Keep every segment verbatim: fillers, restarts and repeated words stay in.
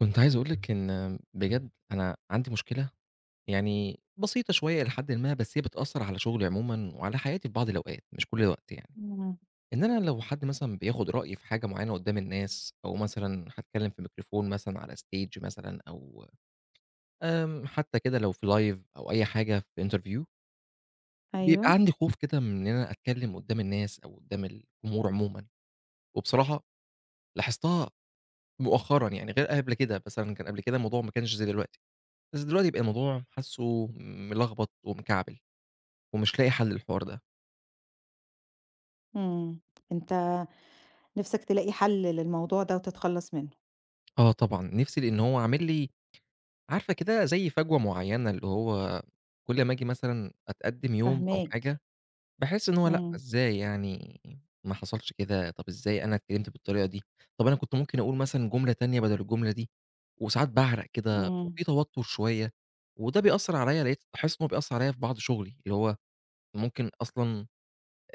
كنت عايز أقول لِك إن بجد أنا عندي مشكلة يعني بسيطة شوية إلى حدٍ ما، بس هي بتأثّر على شغلي عمومًا وعلى حياتي في بعض الأوقات، مش كل الوقت يعني. إمم. إن أنا لو حد مثلًا بياخد رأيي في حاجة معيّنة قدّام الناس أو مثلًا هاتكلّم في ميكروفون مثلًا على stage مثلًا أو آمم، حتى كده لو في live أو أي حاجة في interview، بيبقى أيوه. عندي خوف كده من إن أنا أتكلّم قدّام الناس أو قدّام الجمهور عمومًا. وبصراحة لاحظتها مؤخرًا يعني غير قبل كده، مثلًا كان قبل كده الموضوع ما كانش زي دلوقتي. بس دلوقتي بقى الموضوع حاسُّه ملخبط ومكعبل، ومش لاقي حل للحوار ده. إمم. أنت نِفْسك تلاقي حل للموضوع ده وتتخلّص منه؟ آه طبعًا، نِفْسي لإن هو عامل لي عارفة كده زي فجوة معيّنة، اللي هو كل أمّا آجي مثلًا أتقدّم يوم أو فاهماك. حاجة، باحس إن هو لأ، إمم. إزاي يعني ما حصلش كده، طَب إزاي أنا اتكلمت بالطريقة دي، طَب أنا كنت ممكن أقول مثلًا جملة تانية بدل الجملة دي، وساعات باعرق كده إمم. وفي توتُّر شوية، وده بيأثّر عليَّ لقيت باحس إن هو بيأثّر عليَّ في بعض شغلي، اللي هو ممكن أصلًا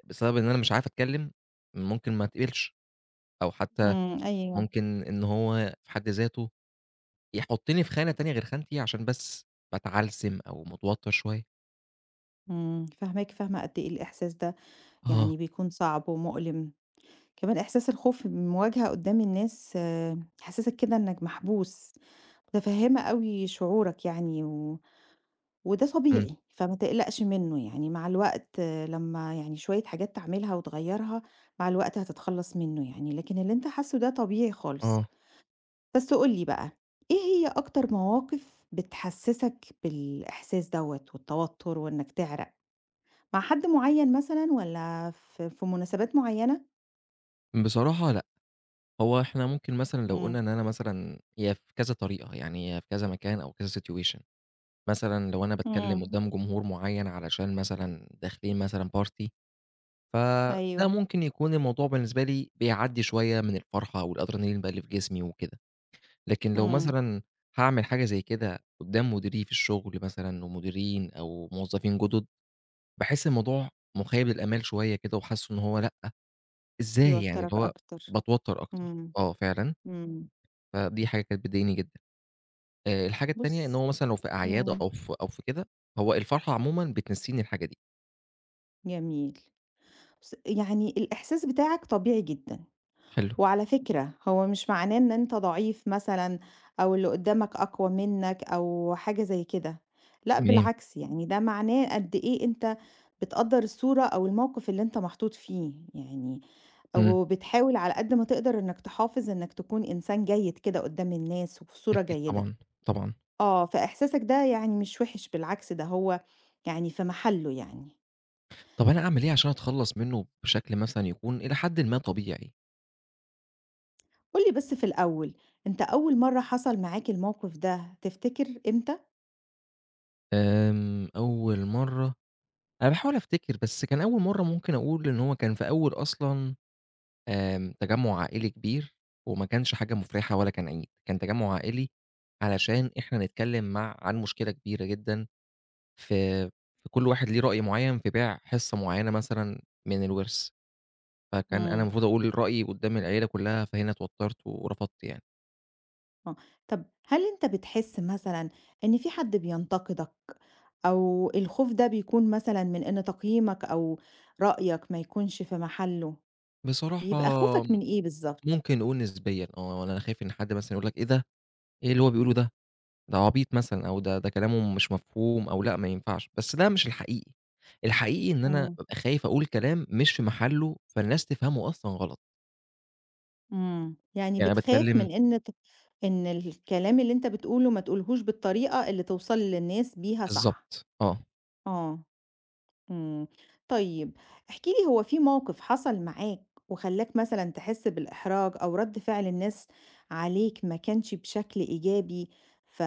بسبب إن أنا مش عارف أتكلم، ممكن ما أتقبلش. أو حتى إمم. أيوه. ممكن إن هو في حد ذاته يحطّني في خانة تانية غير خانتي عشان بس باتعلسم أو متوتر شوية. إمم. فاهماك، فاهمة قد إيه الإحساس ده، آه. يعني بيكون صعب ومؤلم. كمان إحساس الخوف من المواجهة قدّام الناس آه، يحسّسك كده إنك محبوس. متفهّمة أوي شعورك يعني و وده إمم، طبيعي، فما تقلقش منّه. يعني مع الوقت آه، لمّا يعني شوية حاجات تعملها وتغيّرها، مع الوقت هتتخلّص منّه يعني، لكن اللي أنت حاسّه ده طبيعي خالص. آه. بس قُل لي بقى، إيه هي أكتر مواقف بتحسّسك بالإحساس دوّة والتوتُّر وإنّك تعرق؟ مع حد معيّن مثلًا والّا في في مناسبات معيّنة؟ بصراحة لأ، هو إحنا ممكن مثلًا لو إمم. قُلنا إن أنا مثلًا هي في كذا طريقة، يعني هي في كذا مكان أو كذا situation. مثلًا لو أنا باتكلّم إمم. قدّام جمهور معيّن علشان مثلًا داخلين مثلًا party، فده أيوه. ممكن يكون الموضوع بالنسبة لي بيعدّي شوية من الفرحة والأدرينالين بقى اللي في جسمي وكده. لكن لو إمم. مثلًا هاعمل حاجة زي كده قدّام مديري في الشغل مثلًا ومديرين أو موظفين جُدد، باحس الموضوع مُخيّب للآمال شوية كده وحاسه إن هو لأ، إزاي يعني اللي يوتّرك هو أكتر. باتوتّر أكتر. إمم. آه فعلًا، إمم. فدي حاجة كانت بتضايقني جدًا. آآ الحاجة التانية إن بُص. هو مثلًا لو في أعياد إمم. أو في أو في كده، هو الفرحة عمومًا بتنسّيني الحاجة دي. جميل. بُص، يعني الإحساس بتاعك طبيعي جدًا، حلو، وعلى فكرة هو مش معناه إن أنت ضعيف مثلًا أو اللي قدّامك أقوى منّك أو حاجة زي كده. لأ تمام، بالعكس، يعني ده معناه قد إيه أنت بتقدّر الصورة أو الموقف اللي أنت محطوط فيه يعني، إمم، وبتحاول على قد ما تقدر إنك تحافظ إنك تكون إنسان جيد كده قدّام الناس وفي صورة أكيد جيدة. طبعًا، طبعًا. آه. فإحساسك ده يعني مش وِحِش، بالعكس ده هو يعني في محله يعني. طَب أنا أعمل إيه عشان أتخلّص منّه بشكل مثلًا يكون إلى حدٍ ما طبيعي؟ قُل لي بس في الأول، أنت أول مرّة حصل معاك الموقف ده تفتكر إمتى؟ آمم أول مرّة أنا باحاول أفتكر، بس كان أول مرّة ممكن أقول إن هو كان في أول أصلًا آمم، تجمُّع عائلي كبير، وما كانش حاجة مُفرحة ولا كان عيد، كان تجمُّع عائلي علشان إحنا نتكلّم مع عن مشكلة كبيرة جدًا في في كل واحد ليه رأي معيّن في بيع حِصّة معيّنة مثلًا من الوِرث، فكان أنا إمم. المفروض أقول رأيي قُدّام العيلة كلّها، فهنا اتوتّرت ورفضت يعني. آه. طَب هل أنت بتحس مثلًا إن في حد بينتقدك أو الخوف ده بيكون مثلًا من إن تقييمك أو رأيك ما يكونش في محله، بصراحة بيبقى خوفك من إيه بالضبط؟ ممكن نقول نسبيًا آه، أنا خايف إن حد مثلًا يقول لك: "إيه ده؟ إيه اللي هو بيقوله ده؟" ده عبيط مثلًا أو ده ده كلامه مش مفهوم أو لأ ما ينفعش، بس ده مش الحقيقي، الحقيقي إن أنا إمم. بابقى خايف أقول كلام مش في محله فالناس تفهمه أصلًا غلط، إمم. يعني يعني أنا بتخاف باتكلم من إن ت إن الكلام اللي أنت بتقوله ما تقولهوش بالطريقة اللي توصل للناس بيها صح. بالضبط آه، آه. إمم. طيب احكِ لي هو في موقف حصل معاك وخلّاك مثلًا تحس بالإحراج أو رَد فعل الناس عليك ما كانش بشكل إيجابي، ف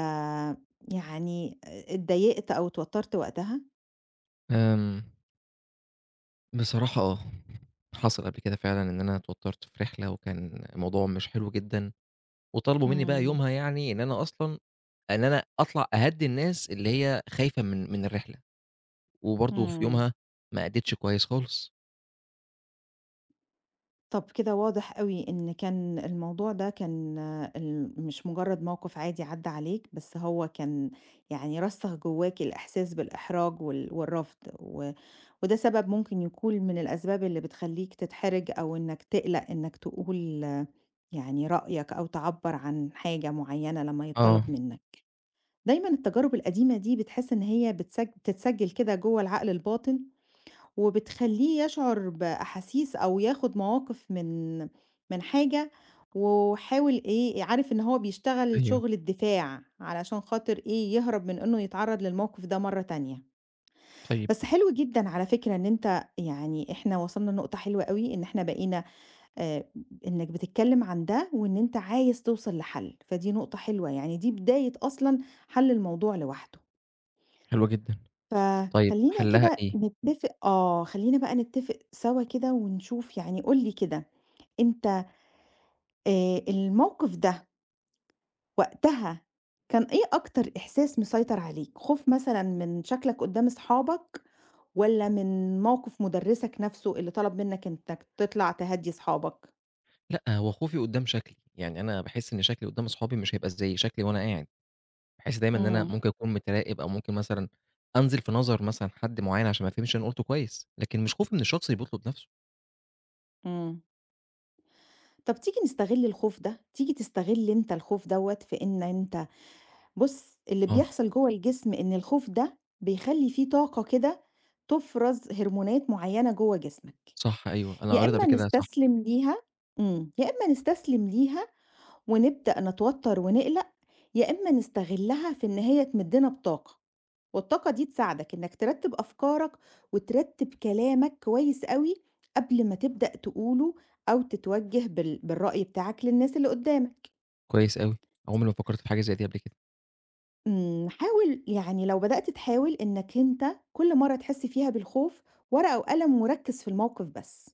يعني أ اتضايقت أو اتوتّرت وقتها؟ آمم، بصراحة آه، حصل قبل كده فعلًا إن أنا اتوترت في رحلة وكان الموضوع مش حلو جدًا، وطلبوا مني بقى إمم. يومها يعني إن أنا أصلًا إن أنا أطلع أهدّي الناس اللي هي خايفة من من الرحلة، وبرضه في إمم. يومها ما أديتش كويس خالص، طَب كده واضح أوي إن كان الموضوع ده كان آه، ال مش مجرّد موقف عادي عدّى عليك، بس هو كان يعني رسّخ جوّاك الإحساس بالإحراج وال والرفض و وده سبب ممكن يكون من الأسباب اللي بتخلّيك تتحرج أو إنك تقلق إنك تقول آه، يعني رأيك أو تعبّر عن حاجة معيّنة لمّا يتطلب آه، منّك. دايمًا التجارب القديمة دي بتحس إن هي بتسج بتتسجّل كده جوّه العقل الباطن، وبتخلّيه يشعر بأحاسيس أو ياخد مواقف من من حاجة، وحاول إيه، عارف إن هو بيشتغل أيوه، شغل الدفاع علشان خاطر إيه، يهرب من إنه يتعرّض للموقف ده مرّة تانية. طيب، بس حلو جدًا على فكرة إن أنت يعني إحنا وصلنا لنقطة حلوة أوي، إن إحنا بقينا آآ إنك بتتكلم عن ده، وإن أنت عايز توصل لحل، فدي نقطة حلوة يعني دي بداية أصلًا حل الموضوع لوحده. حلو جدًا. طيب فخلّينا حلّها كده إيه؟ نتفق آه، خلّينا بقى نتفق سوا كده ونشوف يعني قُل لي كده أنت آآ الموقف ده وقتها كان إيه أكتر إحساس مسيطر عليك، خوف مثلًا من شكلك قدّام أصحابك؟ والّا من موقف مُدرّسك نَفْسه اللي طلب منّك إنّك تطلع تهدّي صحابك؟ لأ، هو خوفي قدّام شكلي، يعني أنا باحس إن شكلي قدّام أصحابي مش هيبقى زي شكلي وأنا قاعد، باحس دايمًا إن أنا إمم. ممكن أكون متراقب أو ممكن مثلًا أنزل في نظر مثلًا حد معيّن عشان ما يفهمش أنا قُلته كويس، لكن مش خوفي من الشخص اللي بيطلب نَفْسه. إمم. طَب تيجي نستغل الخوف ده، تيجي تستغل أنت الخوف دوّة في إن أنت بُص، اللي آه، بيحصل جوّه الجسم إن الخوف ده بيخلّي في طاقة كده تفرَز هرمونات معيّنة جوّه جسمك، صح أيوه، أنا يا قريت قبل إمّا كده صح، نستسلم ليها. إمم. يا إمّا نستسلم ليها ونبدأ نتوتّر ونقلق، يا إمّا نستغلّها في إن هي تمدّنا بطاقة. والطاقة دي تساعدك إنك ترتب أفكارك وترتب كلامك كويس قوي قبل ما تبدأ تقوله أو تتوجه بال- بالرأي بتاعك للناس اللي قدامك. كويس أوي، عمري ما فكّرت في حاجة زي دي قبل كده، أمم، حاول يعني لو بدأت تحاول إنك أنت كل مرة تحس فيها بالخوف ورقة وقلم وركز في الموقف بس،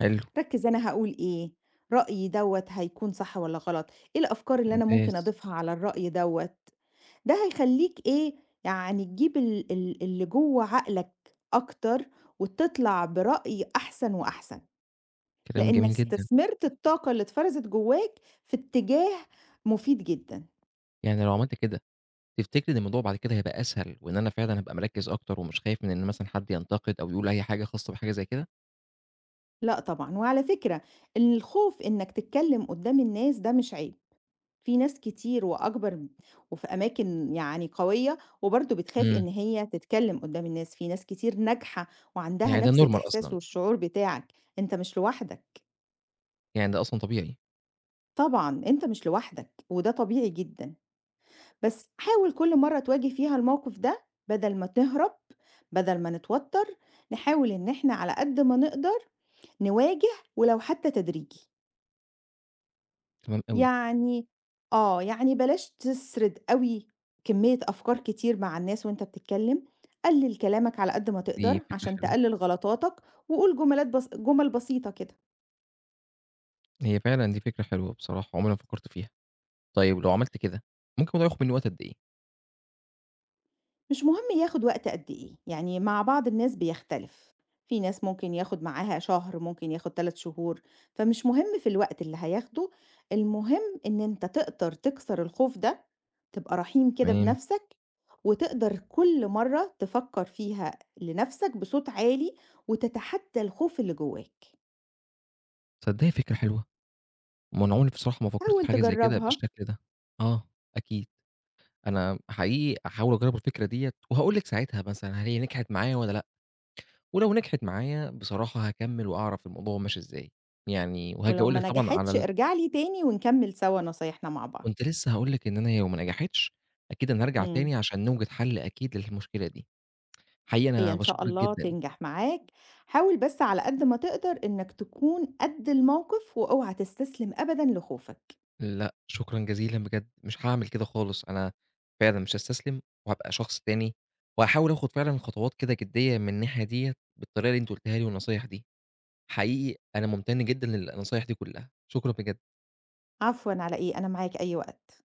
حلو، ركز أنا هقول إيه، رأيي دوت هيكون صح ولا غلط، إيه الأفكار اللي أنا ممكن ممتاز، أضيفها على الرأي دوت. ده هيخلّيك إيه، يعني تجيب ال ال اللي جوّه عقلك أكتر، وتطلع برأي أحسن وأحسن، كلام لإن جميل جدًا، استثمرت الطاقة اللي اتفرزت جوّاك في اتجاه مفيد جدًا. يعني لو عملت كده تفتكري إن الموضوع بعد كده هيبقى أسهل وإن أنا فعلًا هابقى مركّز أكتر ومش خايف من إن مثلًا حد ينتقد أو يقول أي حاجة خاصة بحاجة زي كده؟ لأ طبعًا، وعلى فكرة الخوف إنك تتكلم قدّام الناس ده مش عيب، في ناس كتير وأكبر م وفي أماكن يعني قوية، وبرضه بتخاف إمم، إن هي تتكلم قدّام الناس، في ناس كتير ناجحة وعندها يعني ده نفس normal الإحساس أصلًا. والشعور بتاعك، أنت مش لوحدك. يعني ده أصلًا طبيعي، طبعًا، أنت مش لوحدك، وده طبيعي جدًا، بس حاول كل مرة تواجه فيها الموقف ده بدل ما تهرب، بدل ما نتوتر، نحاول إن إحنا على قد ما نقدر نواجه ولو حتى تدريجي، تمام أوي، يعني آه، يعني بلاش تسرد أوي كمية أفكار كتير مع الناس وأنت بتتكلم، قلِّل كلامك على قد ما دي تقدر فكرة عشان حلوة، تقلِّل غلطاتك، وقُل جملات بس جمل بسيطة كده. هي فعلًا دي فكرة حلوة بصراحة، عمري ما فكّرت فيها. طيب لو عملت كده، ممكن الموضوع ياخد منّي وقت قد إيه؟ مش مهم ياخد وقت قد إيه، يعني مع بعض الناس بيختلف، في ناس ممكن ياخد معاها شهر، ممكن ياخد ثلاثة شهور، فمش مهم في الوقت اللي هياخده، المهم إن أنت تقدر تكسر الخوف ده، تبقى رحيم كده تمام، بنفسك، وتقدر كل مرة تفكر فيها لنفسك بصوت عالي، وتتحدى الخوف اللي جواك، تصدّقي فكرة حلوة، ما أنا عمري بصراحة ما فكّرت في حاول حاجة زي كده تجربها بالشكل ده. آه، أكيد، أنا حقيقي هاحاول أجرّب الفكرة ديّة وهاقول لِك ساعتها مثلًا هل هي نجحت معايا والّا لأ، ولو نجحت معايا بصراحة هاكمّل وأعرف الموضوع ماشي إزاي، يعني وهاجي ولو أقول ما لِك طبعًا على نجحتش ال ارجع لي تاني ونكمل سوا نصايحنا مع بعض. كنت لسه هاقول لِك إن أنا لو ما نجحتش، أكيد أنا هارجع إمم. تاني عشان نوجد حل أكيد للمشكلة دي. حقيقي هي أنا إن شاء باشكرِك الله جدًا، تنجح معاك، حاول بس على قد ما تقدر إنك تكون قد الموقف، واوعى تستسلم أبدًا لخوفك. لأ شكرًا جزيلًا بجد، مش هاعمل كده خالص، أنا فعلًا مش هاستسلم وهابقى شخص تاني، وهاحاول آخد فعلًا خطوات كده جدية من الناحية ديّة بالطريقة اللي أنتِ قُلتيها لي والنصايح دي، حقيقي أنا ممتن جدًا للنصايح دي كلّها، شكرًا بجد. عفوًا على إيه، أنا معاك أي وقت.